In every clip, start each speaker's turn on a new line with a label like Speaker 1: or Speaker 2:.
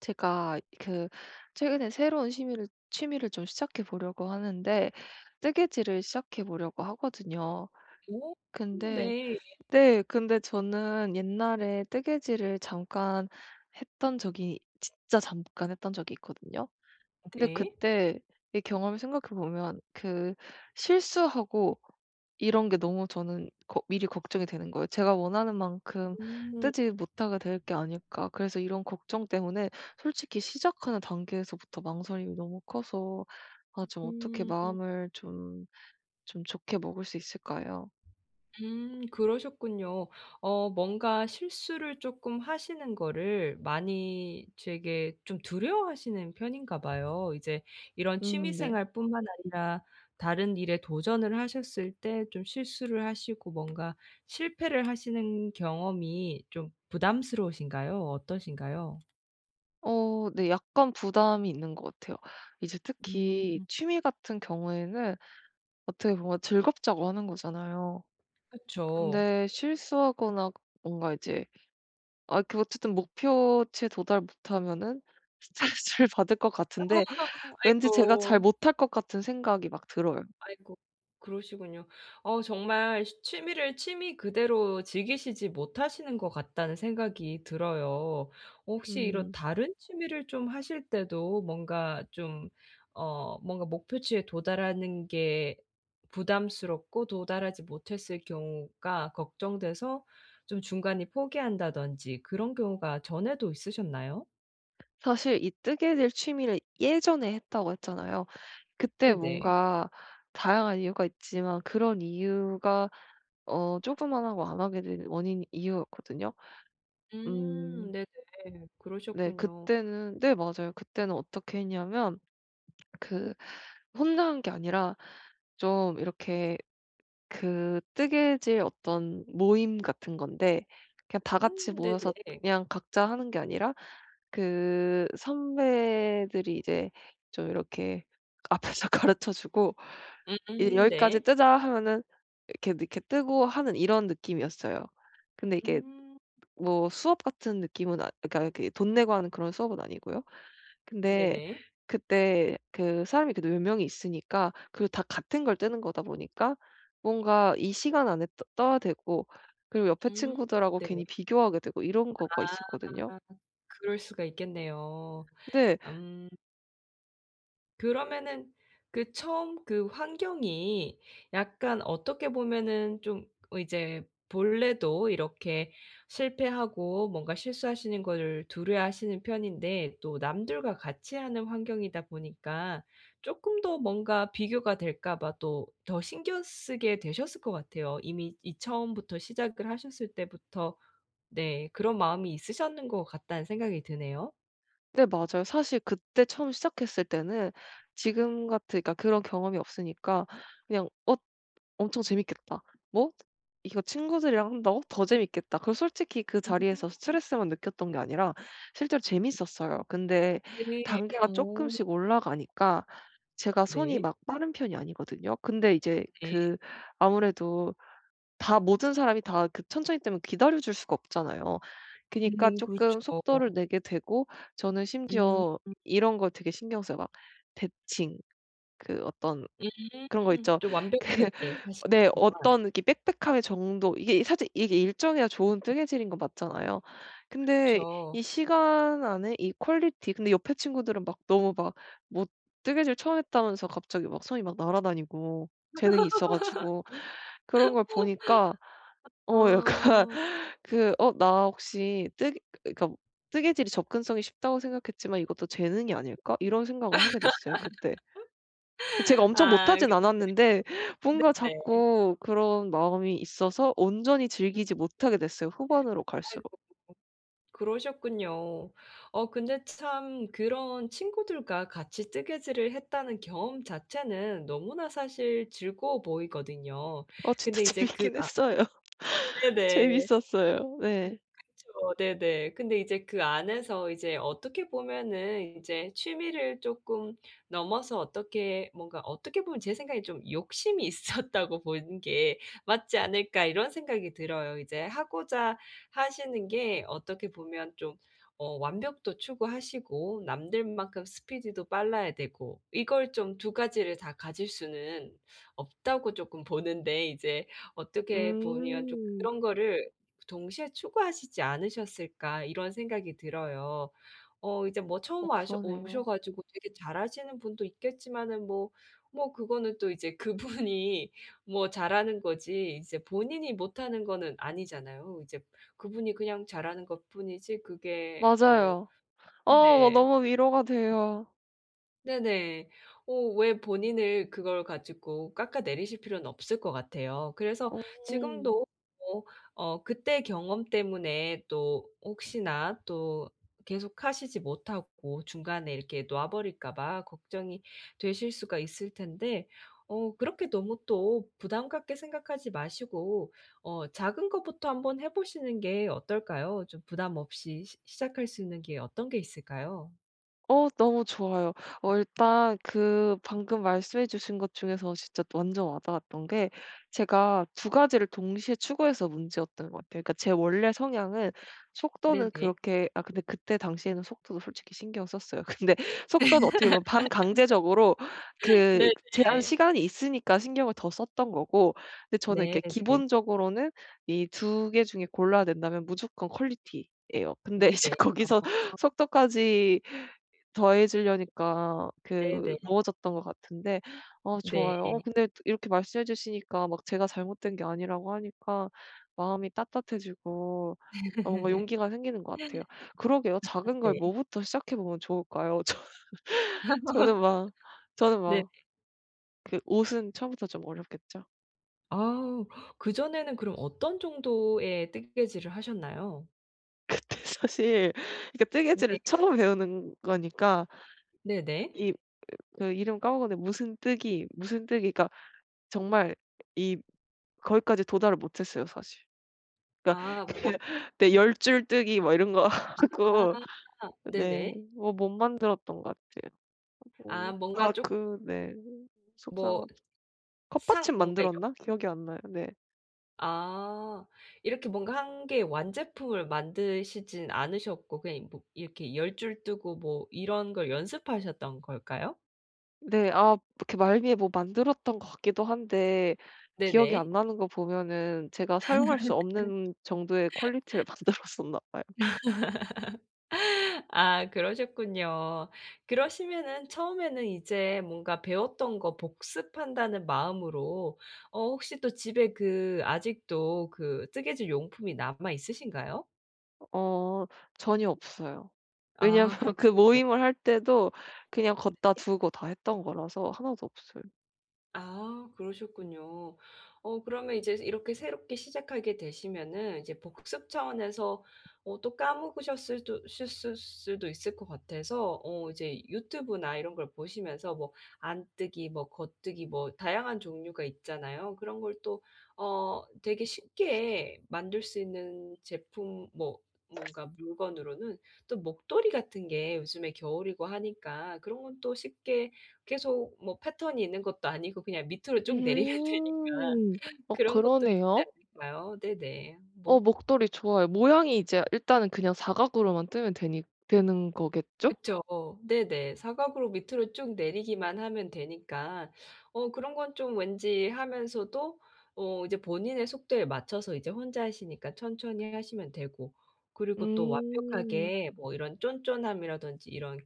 Speaker 1: 제가 그 최근에 새로운 취미를 좀 시작해 보려고 하는데 뜨개질을 시작해 보려고 하거든요.
Speaker 2: 오.
Speaker 1: 근데
Speaker 2: 네.
Speaker 1: 네, 근데 저는 옛날에 뜨개질을 잠깐 했던 적이 진짜 잠깐 했던 적이 있거든요. 근데
Speaker 2: 네.
Speaker 1: 그때 이 경험을 생각해 보면 그 실수하고 이런 게 너무 저는 거 미리 걱정이 되는 거예요. 제가 원하는 만큼
Speaker 2: 음.
Speaker 1: 뜨지 못하게 될 게 아닐까. 그래서 이런 걱정 때문에 솔직히 시작하는 단계에서부터 망설임이 너무 커서 아 좀 어떻게
Speaker 2: 음.
Speaker 1: 마음을 좀 좋게 먹을 수 있을까요?
Speaker 2: 음, 그러셨군요. 어, 뭔가 실수를 쪼끔 하시는 거를 많이 되게 좀 두려워하시는 편인가 봐요. 이제 이런 취미
Speaker 1: 네.
Speaker 2: 생활뿐만 아니라 다른 일에 도전을 하셨을 때 좀 실수를 하시고 뭔가 실패를 하시는 경험이 좀 부담스러우신가요? 어떠신가요?
Speaker 1: 어 네 약간 부담이 있는 것 같아요. 이제
Speaker 2: 음.
Speaker 1: 특히 취미 같은 경우에는 어떻게 보면 즐겁자고 하는 거잖아요.
Speaker 2: 그쵸.
Speaker 1: 근데 실수하거나 뭔가 이제 아 그 어쨌든 목표치에 도달 못하면은 스트레스를 받을 것 같은데 왠지 제가 잘
Speaker 2: 아이고.
Speaker 1: 못할 것 같은 생각이 막 들어요.
Speaker 2: 아이고, 그러시군요. 어, 정말 시 취미를 취미 그대로 즐기시지 못하시는 것 같다는 생각이 들어요. 혹시 이런
Speaker 1: 음.
Speaker 2: 다른 취미를 좀 하실 때도 뭔가 좀, 어, 뭔가 목표치에 도달하는 게 부담스럽고 도달하지 못했을 경우가 걱정돼서 좀 중간에 포기한다든지 그런 경우가 전에도 있으셨나요?
Speaker 1: 사실 이 뜨게 될 취미를 예전에 했다고 했잖아요. 그때
Speaker 2: 네네.
Speaker 1: 뭔가 다양한 이유가 있지만 그런 이유가 어 조그만하고 안 하게 된 원인 이유였거든요.
Speaker 2: 음,
Speaker 1: 음.
Speaker 2: 네네.
Speaker 1: 네.
Speaker 2: 그러셨군요.
Speaker 1: 그때는 네 맞아요. 그때는 어떻게 했냐면 그 혼자 한 게 아니라 좀 이렇게 그 뜨개질 어떤 모임 같은 건데 그냥 다 같이
Speaker 2: 음,
Speaker 1: 모여서
Speaker 2: 네네.
Speaker 1: 그냥 각자 하는 게 아니라 그 선배들이 이제 좀 이렇게 앞에서 가르쳐 주고
Speaker 2: 음,
Speaker 1: 이제 "여기까지
Speaker 2: 네.
Speaker 1: 뜨자." 하면은 이렇게 이렇게 뜨고 하는 이런 느낌이었어요. 근데 이게
Speaker 2: 음,
Speaker 1: 뭐 수업 같은 느낌은 아 그러니까 이렇게 돈 내고 하는 그런 수업은 아니고요. 근데
Speaker 2: 네네.
Speaker 1: 그때 그 사람이 그래도 몇 명이 있으니까 그리고 다 같은 걸 뜨는 거다 보니까 뭔가 이 시간 안에 떠 떠야 되고 그리고 옆에
Speaker 2: 음,
Speaker 1: 친구들하고
Speaker 2: 네네.
Speaker 1: 괜히 비교하게 되고 이런 거가 있었거든요.
Speaker 2: 아, 그럴 수가 있겠네요.
Speaker 1: 네.
Speaker 2: 음. 그러면은 그 처음 그 환경이 약간 어떻게 보면은 좀 어, 이제 본래도 이렇게 실패하고 뭔가 실수하시는 거를 두려워하시는 편인데, 또 남들과 같이 하는 환경이다 보니까 쪼끔 더 뭔가 비교가 될까 봐 또 더 신경 쓰게 되셨을 것 같아요. 이미 이 처음부터 시작을 하셨을 때부터 네, 그런 마음이 있으셨는 것 같다는 생각이 드네요.
Speaker 1: 네 맞아요. 사실 그때 처음 시작했을 때는 지금 같으 그러니까 그런 경험이 없으니까 그냥 '어 엄청 재밌겠다. 뭐 이거 친구들이랑 한다고 더 재밌겠다. 그리고 솔직히 그
Speaker 2: 음.
Speaker 1: 자리에서 스트레스만 느꼈던 게 아니라 실제로 재밌었어요. 근데
Speaker 2: 네.
Speaker 1: 단계가
Speaker 2: 어,
Speaker 1: 쪼끔씩 올라가니까 제가 손이
Speaker 2: 네.
Speaker 1: 막 빠른 편이 아니거든요. 근데 이제
Speaker 2: 네.
Speaker 1: 그 아무래도 다 모든 사람이 다 그 천천히 뛰면 기다려 줄 수가 없잖아요. 그니까
Speaker 2: 음, 그렇죠.
Speaker 1: 쪼끔 속도를 내게 되고 저는
Speaker 2: 음.
Speaker 1: 심지어 이런 걸 되게 신경 써요. 막 대칭 그 어떤 그런 거
Speaker 2: 음.
Speaker 1: 있죠.
Speaker 2: 좀
Speaker 1: 그
Speaker 2: 완벽하게
Speaker 1: 네.
Speaker 2: 하시는구나.
Speaker 1: 어떤 이렇게 빽빽함의 정도 이게 사실 이게 일정해야 좋은 뜨개질인 건 맞잖아요. 근데
Speaker 2: 그렇죠.
Speaker 1: 이 시간 안에 이 퀄리티 근데 옆에 친구들은 막 너무 막 뭐 뜨개질 처음 했다면서 갑자기 막 손이 막 날아다니고 재능이 있어 가지고 그런 걸 보니까 어 약간
Speaker 2: 어.
Speaker 1: 그 '어 나 혹시 뜨 그러니까 뜨개질이 접근성이 쉽다고 생각했지만 '이것도 재능이 아닐까?' 이런 생각을 하게 됐어요 그때. 제가 엄청
Speaker 2: 아,
Speaker 1: 못하진
Speaker 2: 그.
Speaker 1: 않았는데 뭔가
Speaker 2: 네네.
Speaker 1: 자꾸 그런 마음이 있어서 온전히 즐기지 못하게
Speaker 2: 음.
Speaker 1: 됐어요, 후반으로 갈수록.
Speaker 2: 아이고, 그러셨군요. 어, 근데 참 그런 친구들과 같이 뜨개질을 했다는 경험 자체는 너무나 사실 즐거워 보이거든요.
Speaker 1: 어 진짜
Speaker 2: 근데 이제 그,
Speaker 1: 재밌긴
Speaker 2: 아,
Speaker 1: 했어요.
Speaker 2: 네네.
Speaker 1: 재밌었어요.
Speaker 2: 음,
Speaker 1: 네.
Speaker 2: 그쵸. 네네. 근데 이제 그 안에서 이제 어떻게 보면은 이제 취미를 쪼끔 넘어서 어떻게 뭔가 어떻게 보면 제 생각에 좀 '욕심이 있었다고 보는 게 맞지 않을까.' 이런 생각이 들어요. 이제 하고자 하시는 게 어떻게 보면 좀 어, 완벽도 추구하시고 남들만큼 스피디도 빨라야 되고, 이걸 좀 두 가지를 다 가질 수는 없다고 쪼끔 보는데, 이제 어떻게 보면 좀
Speaker 1: 음.
Speaker 2: 그런 거를 그 동시에 추구하시지 않으셨을까, 이런 생각이 들어요. 어, 이제 뭐 처음
Speaker 1: 어
Speaker 2: 와셔 오셔
Speaker 1: 그러네요.
Speaker 2: 가지고 되게 잘하시는 분도 있겠지만은, 뭐 뭐 그거는 또 이제 그분이 뭐 잘하는 거지 이제 본인이 못하는 거는 아니잖아요. 이제 그분이 그냥 잘하는 것뿐이지 그게 어.
Speaker 1: 맞아요.
Speaker 2: 음.
Speaker 1: 어 뭐
Speaker 2: 네.
Speaker 1: 너무 위로가 돼요.
Speaker 2: 네네. 어, 왜 본인을 그걸 가지고 깎아내리실 필요는 없을 것 같아요. 그래서
Speaker 1: 음.
Speaker 2: 지금도 뭐, 어, 그때 경험 때문에 또 혹시나 또 계속 하시지 못하고 중간에 이렇게 놔 버릴까 봐 걱정이 되실 수가 있을 텐데, 어, 그렇게 너무 또 부담 갖게 생각하지 마시고 어, 작은 것부터 한번 해 보시는 게 어떨까요? 좀 부담 없이 시 시작할 수 있는 게 어떤 게 있을까요?
Speaker 1: 어 너무 좋아요. 어 일단 그 방금 말씀해 주신 것 중에서 진짜 완전 와 닿았던 게 제가 두 가지를 동시에 추구해서 문제였던 것 같아요. 그러니까 제 원래 성향은 속도는
Speaker 2: 네네.
Speaker 1: 그렇게 아 근데 그때 당시에는 속도도 솔직히 신경 썼어요. 근데 속도는 어떻게 보면 반강제적으로 그 제한
Speaker 2: 네네.
Speaker 1: 시간이 있으니까 신경을 더 썼던 거고 근데 저는
Speaker 2: 네네.
Speaker 1: 이렇게 기본적으로는 이 두 개 중에 골라야 된다면 무조건 퀄리티예요. 근데 이제
Speaker 2: 네네. 어,
Speaker 1: 거기서 속도까지 더해지려니까 그
Speaker 2: 네네.
Speaker 1: 넣어졌던 것 같은데 어
Speaker 2: 네.
Speaker 1: 좋아요. 어 근데 이렇게 말씀해 주시니까 막 제가 잘못된 게 아니라고 하니까 마음이 따뜻해지고 어 뭔가 용기가 생기는 것
Speaker 2: 네.
Speaker 1: 같아요. 그러게요. 작은 걸 뭐부터 시작해 보면 좋을까요? 저 저는 막 저는
Speaker 2: 네.
Speaker 1: 막 그 옷은 처음부터 좀 어렵겠죠?
Speaker 2: 아, 그전에는 그럼 어떤 정도의 뜨개질을 하셨나요?
Speaker 1: 그때 사실 그러니까
Speaker 2: 네.
Speaker 1: 뜨개질을 처음 배우는 거니까
Speaker 2: 네네.
Speaker 1: 이 그 이름 까먹었는데 무슨 뜨기 무슨 뜨기 그러니까 정말 이 거기까지 도달을 못했어요 사실.
Speaker 2: 아, 뭐.
Speaker 1: 네 열줄 뜨기 뭐 이런 거 하고
Speaker 2: 아, 네네.
Speaker 1: 네 뭐 못 만들었던 것 같아요. 어
Speaker 2: 아, 뭔가
Speaker 1: 아
Speaker 2: 쪼끔
Speaker 1: 그 네.
Speaker 2: 뭐
Speaker 1: 속상하죠.
Speaker 2: 상
Speaker 1: 컵받침
Speaker 2: 뭔가 이렇
Speaker 1: 만들었나? 기억이 안 나요. 네.
Speaker 2: 아, 이렇게 뭔가 한 개 완제품을 만드시진 않으셨고 그냥 뭐 이렇게 열 줄 뜨고 뭐 이런 걸 연습하셨던 걸까요?
Speaker 1: 네 아 이렇게 말미에 뭐 만들었던 것 같기도 한데 기억이
Speaker 2: 네네.
Speaker 1: 안 나는 거 보면은 제가 사용할 수 없는 정도의 퀄리티를 만들었었나 봐요.
Speaker 2: 아, 그러셨군요. 그러시면은 처음에는 이제 뭔가 배웠던 거 복습한다는 마음으로, 어, 혹시 또 집에 그 아직도 그 뜨개질 용품이 남아 있으신가요?
Speaker 1: 어 전혀 없어요.
Speaker 2: 아
Speaker 1: 왜냐면
Speaker 2: 그렇
Speaker 1: 그
Speaker 2: 군요
Speaker 1: 모임을 할 때도 그냥 걷다 두고 다 했던 거라서 하나도 없어요.
Speaker 2: 아, 그러셨군요. 어, 그러면 이제 이렇게 새롭게 시작하게 되시면은 이제 복습 차원에서 어, 또 까먹으셨을 도 수도 있을 것 같아서, 어, 이제 유튜브나 이런 걸 보시면서 뭐 안뜨기 뭐 겉뜨기 뭐 다양한 종류가 있잖아요. 그런 걸 또 어, 되게 쉽게 만들 수 있는 제품 뭐 뭔가 물건으로는 또 목도리 같은 게 요즘에 겨울이고 하니까 그런 건 또 쉽게 계속 뭐 패턴이 있는 것도 아니고 그냥 밑으로 쭉 내리면 되니까
Speaker 1: 음. 어
Speaker 2: 그런 것도 있지
Speaker 1: 그러네요.
Speaker 2: 않을까요? 네네.
Speaker 1: 어
Speaker 2: 뭐
Speaker 1: 목도리 좋아요. 모양이 이제 일단은 그냥 사각으로만 뜨면 되니 되는 거겠죠?
Speaker 2: 그쵸. 네네. 사각으로 밑으로 쭉 내리기만 하면 되니까 어, 그런 건 좀 왠지 하면서도 어, 이제 본인의 속도에 맞춰서 이제 혼자 하시니까 천천히 하시면 되고, 그리고 또
Speaker 1: 음.
Speaker 2: 완벽하게 뭐 이런 쫀쫀함이라든지 이런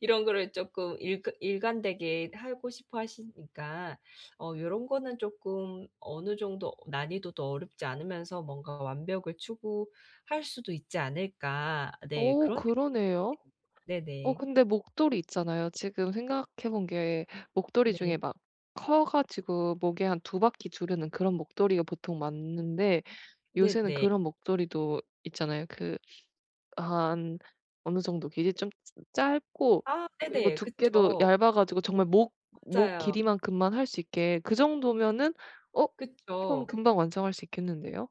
Speaker 2: 이런 거를 조금 일 일관되게 하고 싶어 하시니까 어, 이런 거는 조금 어느 정도 난이도도 어렵지 않으면서 뭔가 완벽을 추구할 수도 있지 않을까. 네,
Speaker 1: 오
Speaker 2: 그런
Speaker 1: 그러네요.
Speaker 2: 생각이 드네요.
Speaker 1: 어
Speaker 2: 네네.
Speaker 1: 근데 목도리 있잖아요. 지금 생각해 본 게 목도리
Speaker 2: 네.
Speaker 1: 중에 막 커 가지고 목에 한 두 바퀴 두르는 그런 목도리가 보통 맞는데 요새는
Speaker 2: 네네.
Speaker 1: 그런 목도리도 있잖아요. 그 한 어느 정도 길이 좀 짧고
Speaker 2: 아,
Speaker 1: 그리고
Speaker 2: 네네.
Speaker 1: 두께도
Speaker 2: 그쵸.
Speaker 1: 얇아 가지고 정말 목 목
Speaker 2: 맞아요.
Speaker 1: 길이만큼만 할 수 있게 그 정도면은 어 그럼
Speaker 2: 그쵸.
Speaker 1: 금방 완성할 수 있겠는데요?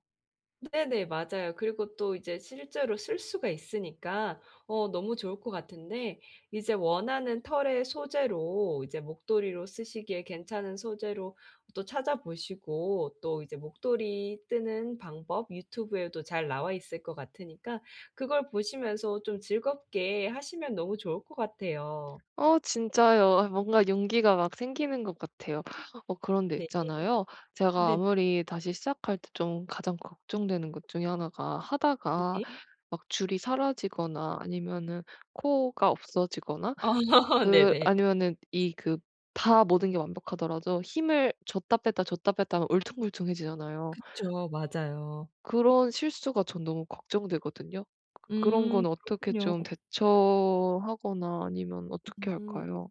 Speaker 2: 네네. 맞아요. 그리고 또 이제 실제로 쓸 수가 있으니까 어, 너무 좋을 것 같은데 이제 원하는 털의 소재로 이제 목도리로 쓰시기에 괜찮은 소재로 또 찾아보시고, 또 이제 목도리 뜨는 방법 유튜브에도 잘 나와 있을 것 같으니까 그걸 보시면서 좀 즐겁게 하시면 너무 좋을 것 같아요.
Speaker 1: 어 진짜요. 아 뭔가 용기가 막 생기는 것 같아요. 어 그런데
Speaker 2: 네.
Speaker 1: 있잖아요. 제가
Speaker 2: 네네네.
Speaker 1: 아무리 다시 시작할 때 좀 가장 걱정되는 것 중에 하나가 하다가 막 줄이 사라지거나 아니면은 코가 없어지거나
Speaker 2: 아.
Speaker 1: 그
Speaker 2: 네네.
Speaker 1: 아니면은 이 그 다 모든 게 완벽하더라도 힘을 줬다 뺐다 줬다 뺐다 하면 울퉁불퉁해지잖아요.
Speaker 2: 그쵸. 맞아요.
Speaker 1: 그런 실수가 전 너무 걱정되거든요. 그 그런
Speaker 2: 음,
Speaker 1: 건 어떻게
Speaker 2: 그렇군요.
Speaker 1: 좀 대처하거나 아니면 어떻게
Speaker 2: 음.
Speaker 1: 할까요?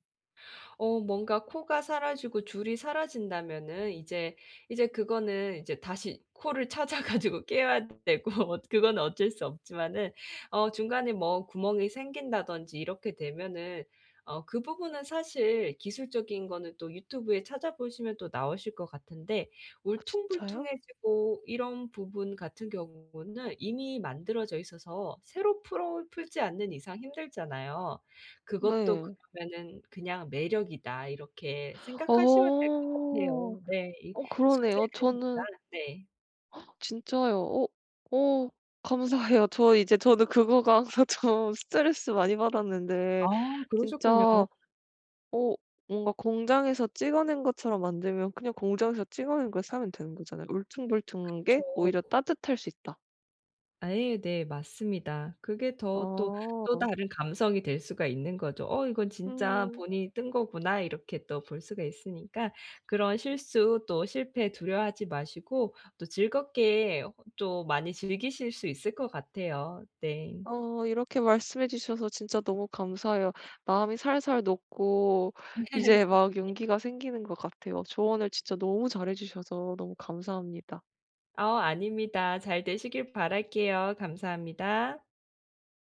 Speaker 2: 어, 뭔가 코가 사라지고 줄이 사라진다면은 이제 이제 그거는 이제 다시 코를 찾아 가지고 깨야 되고, 어, 그건 어쩔 수 없지만은 어, 중간에 뭐 구멍이 생긴다든지 이렇게 되면은 어, 그 부분은 사실 기술적인 거는 또 유튜브에 찾아보시면 또 나오실 것 같은데,
Speaker 1: 아 진짜요?
Speaker 2: 울퉁불퉁해지고 이런 부분 같은 경우는 이미 만들어져 있어서 새로 풀어 풀지 않는 이상 힘들잖아요. 그것도
Speaker 1: 네.
Speaker 2: 그러면은 그냥 매력이다 이렇게 생각하시면 될
Speaker 1: 어.
Speaker 2: 것 같아요. 네. 이
Speaker 1: 어 그러네요.
Speaker 2: 수제니까.
Speaker 1: 저는
Speaker 2: 네.
Speaker 1: 진짜요. 어 어 감사해요. 저 이제 저도 그거가 항상 좀 스트레스 많이
Speaker 2: 아,
Speaker 1: 받았는데 진짜
Speaker 2: 그러셨군요.
Speaker 1: 어 뭔가 공장에서 찍어낸 것처럼 만들면 그냥 공장에서 찍어낸 걸 사면 되는 거잖아요. 울퉁불퉁한
Speaker 2: 그쵸.
Speaker 1: 게 오히려 따뜻할 수 있다.
Speaker 2: 아예 네, 맞습니다. 그게 더 또 또
Speaker 1: 어.
Speaker 2: 다른 감성이 될 수가 있는 거죠. '어, 이건 진짜
Speaker 1: 음.
Speaker 2: 본인이 뜬 거구나.' 이렇게 또 볼 수가 있으니까 그런 실수 또 실패 두려워하지 마시고 또 즐겁게 또 많이 즐기실 수 있을 것 같아요. 네.
Speaker 1: 어 이렇게 말씀해 주셔서 진짜 너무 감사해요. 마음이 살살 녹고 이제 막 용기가 생기는 것 같아요. 조언을 진짜 너무 잘해 주셔서 너무 감사합니다.
Speaker 2: 어, 아닙니다. 잘 되시길 바랄게요. 감사합니다.